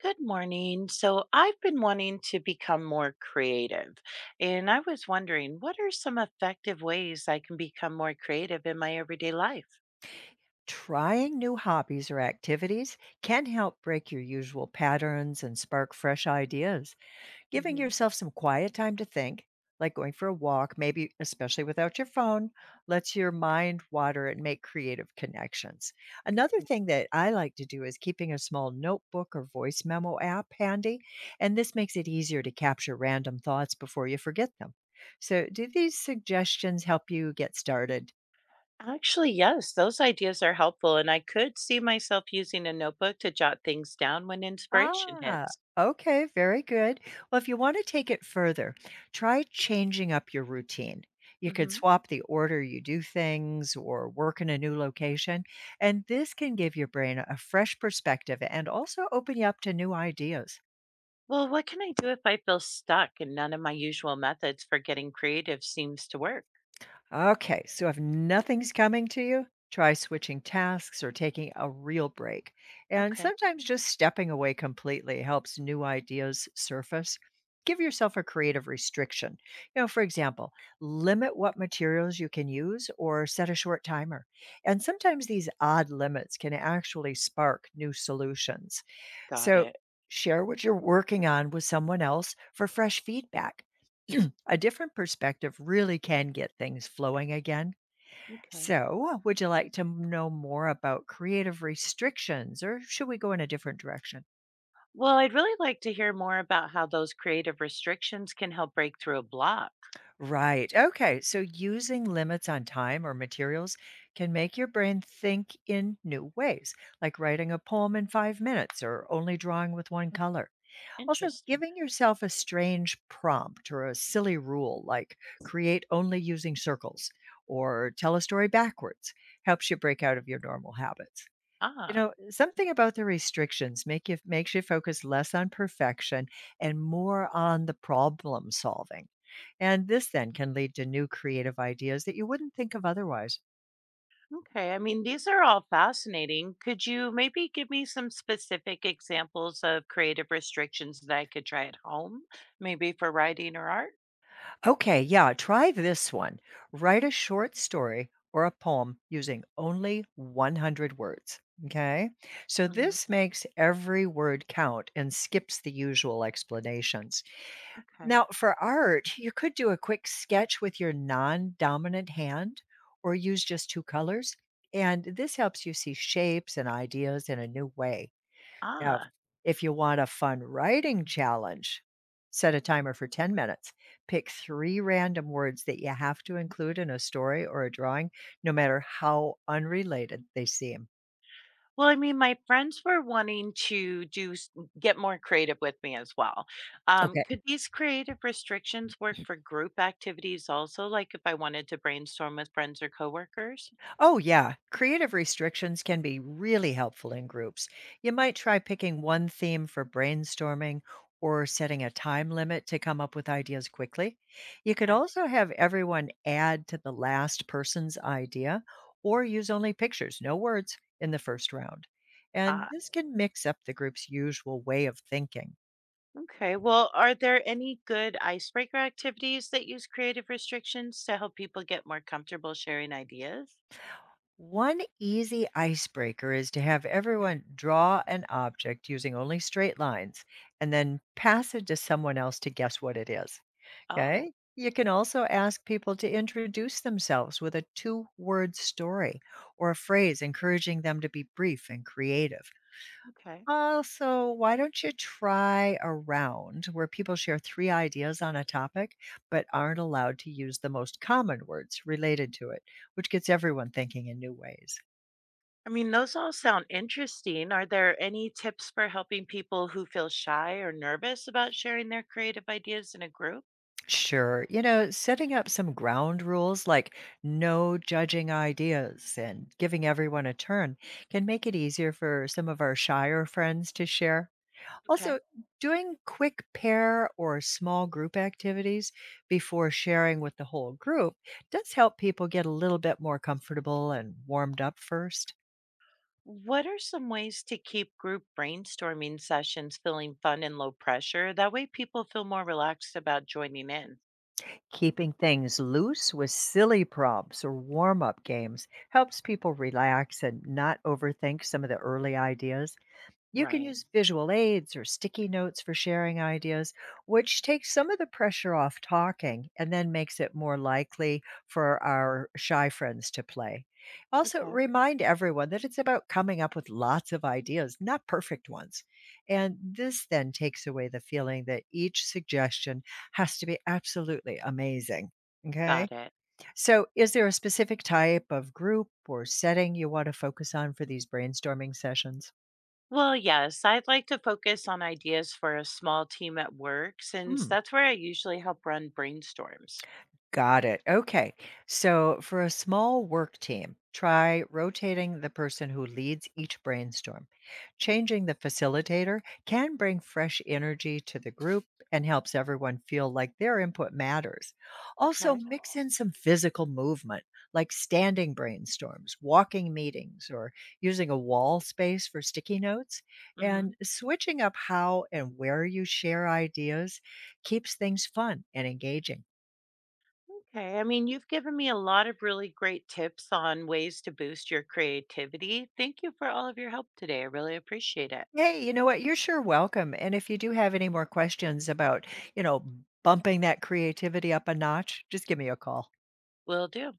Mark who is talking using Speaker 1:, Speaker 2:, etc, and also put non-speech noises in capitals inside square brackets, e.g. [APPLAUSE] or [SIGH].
Speaker 1: Good morning. So I've been wanting to become more creative, and I was wondering what are some effective ways I can become more creative in my everyday life?
Speaker 2: Trying new hobbies or activities can help break your usual patterns and spark fresh ideas. Giving
Speaker 1: Hmm.
Speaker 2: yourself some quiet time to think, like going for a walk, maybe especially without your phone, lets your mind water and make creative connections. Another
Speaker 1: Okay.
Speaker 2: thing that I like to do is keeping a small notebook or voice memo app handy, and this makes it easier to capture random thoughts before you forget them. So, do these suggestions help you get started?
Speaker 1: Actually, yes, those ideas are helpful, and I could see myself using a notebook to jot things down when inspiration
Speaker 2: Ah,
Speaker 1: hits.
Speaker 2: okay, very good. Well, if you want to take it further, try changing up your routine. You could
Speaker 1: Hmm.
Speaker 2: swap the order you do things or work in a new location, and this can give your brain a fresh perspective and also open you up to new ideas.
Speaker 1: Well, what can I do if I feel stuck and none of my usual methods for getting creative seems to work?
Speaker 2: Okay, so if nothing's coming to you, try switching tasks or taking a real break. And
Speaker 1: Okay.
Speaker 2: sometimes just stepping away completely helps new ideas surface. Give yourself a creative restriction. You know, for example, limit what materials you can use or set a short timer. And sometimes these odd limits can actually spark new solutions.
Speaker 1: Got
Speaker 2: So,
Speaker 1: it.
Speaker 2: share what you're working on with someone else for fresh feedback. [CLEARS THROAT] A different perspective really can get things flowing again.
Speaker 1: Okay.
Speaker 2: So, would you like to know more about creative restrictions, or should we go in a different direction?
Speaker 1: Well, I'd really like to hear more about how those creative restrictions can help break through a block.
Speaker 2: Right. Okay. So, using limits on time or materials can make your brain think in new ways, like writing a poem in 5 minutes or only drawing with one color. Also,
Speaker 1: Interesting.
Speaker 2: giving yourself a strange prompt or a silly rule like create only using circles or tell a story backwards helps you break out of your normal habits. You
Speaker 1: Ah,
Speaker 2: know, something about the restrictions makes you focus less on perfection and more on the problem solving. And this then can lead to new creative ideas that you wouldn't think of otherwise.
Speaker 1: okay. I mean, these are all fascinating. Could you maybe give me some specific examples of creative restrictions that I could try at home, maybe for writing or art?
Speaker 2: Okay, yeah, try this one. Write a short story or a poem using only 100 words. Okay. So
Speaker 1: Hmm.
Speaker 2: this makes every word count and skips the usual explanations.
Speaker 1: Okay.
Speaker 2: Now, for art, you could do a quick sketch with your non dominant hand or use just two colors. And this helps you see shapes and ideas in a new way. Now,
Speaker 1: Ah,
Speaker 2: if you want a fun writing challenge, set a timer for 10 minutes. Pick three random words that you have to include in a story or a drawing, no matter how unrelated they seem.
Speaker 1: well, I mean, my friends were wanting to do s get more creative with me as well.
Speaker 2: Okay.
Speaker 1: Could these creative restrictions work for group activities also, like if I wanted to brainstorm with friends or coworkers?
Speaker 2: Oh, yeah. Creative restrictions can be really helpful in groups. You might try picking one theme for brainstorming or setting a time limit to come up with ideas quickly. You could
Speaker 1: Okay.
Speaker 2: also have everyone add to the last person's idea or use only pictures, no words, in the first round. And
Speaker 1: Ah,
Speaker 2: this can mix up the group's usual way of thinking.
Speaker 1: okay. Well, are there any good icebreaker activities that use creative restrictions to help people get more comfortable sharing ideas?
Speaker 2: One easy icebreaker is to have everyone draw an object using only straight lines and then pass it to someone else to guess what it is.
Speaker 1: Oh,
Speaker 2: Okay. You can also ask people to introduce themselves with a two word story or a phrase, encouraging them to be brief and creative.
Speaker 1: okay.
Speaker 2: Also, why don't you try a round where people share three ideas on a topic but aren't allowed to use the most common words related to it, which gets everyone thinking in new ways?
Speaker 1: I mean, those all sound interesting. Are there any tips for helping people who feel shy or nervous about sharing their creative ideas in a group?
Speaker 2: Sure. You know, setting up some ground rules like no judging ideas and giving everyone a turn can make it easier for some of our shyer friends to share. Also,
Speaker 1: Okay.
Speaker 2: doing quick pair or small group activities before sharing with the whole group does help people get a little bit more comfortable and warmed up first.
Speaker 1: What are some ways to keep group brainstorming sessions feeling fun and low pressure? That way people feel more relaxed about joining in.
Speaker 2: Keeping things loose with silly prompts or warm up games helps people relax and not overthink some of the early ideas. You can
Speaker 1: Right.
Speaker 2: use visual aids or sticky notes for sharing ideas, which takes some of the pressure off talking and then makes it more likely for our shy friends to play. Also,
Speaker 1: Okay.
Speaker 2: remind everyone that it's about coming up with lots of ideas, not perfect ones. And this then takes away the feeling that each suggestion has to be absolutely amazing. Okay.
Speaker 1: Got it.
Speaker 2: So, is there a specific type of group or setting you want to focus on for these brainstorming sessions?
Speaker 1: Well, yes, I'd like to focus on ideas for a small team at work since
Speaker 2: Mm.
Speaker 1: that's where I usually help run brainstorms.
Speaker 2: Got it. Okay. So, for a small work team, try rotating the person who leads each brainstorm. Changing the facilitator can bring fresh energy to the group and helps everyone feel like their input matters. Also,
Speaker 1: Okay.
Speaker 2: mix in some physical movement, like standing brainstorms, walking meetings, or using a wall space for sticky notes.
Speaker 1: Mm-hmm.
Speaker 2: And switching up how and where you share ideas keeps things fun and engaging.
Speaker 1: Okay. I mean, you've given me a lot of really great tips on ways to boost your creativity. Thank you for all of your help today. I really appreciate it.
Speaker 2: Hey, you know what? You're sure welcome. And if you do have any more questions about, you know, bumping that creativity up a notch, just give me a call.
Speaker 1: Will do.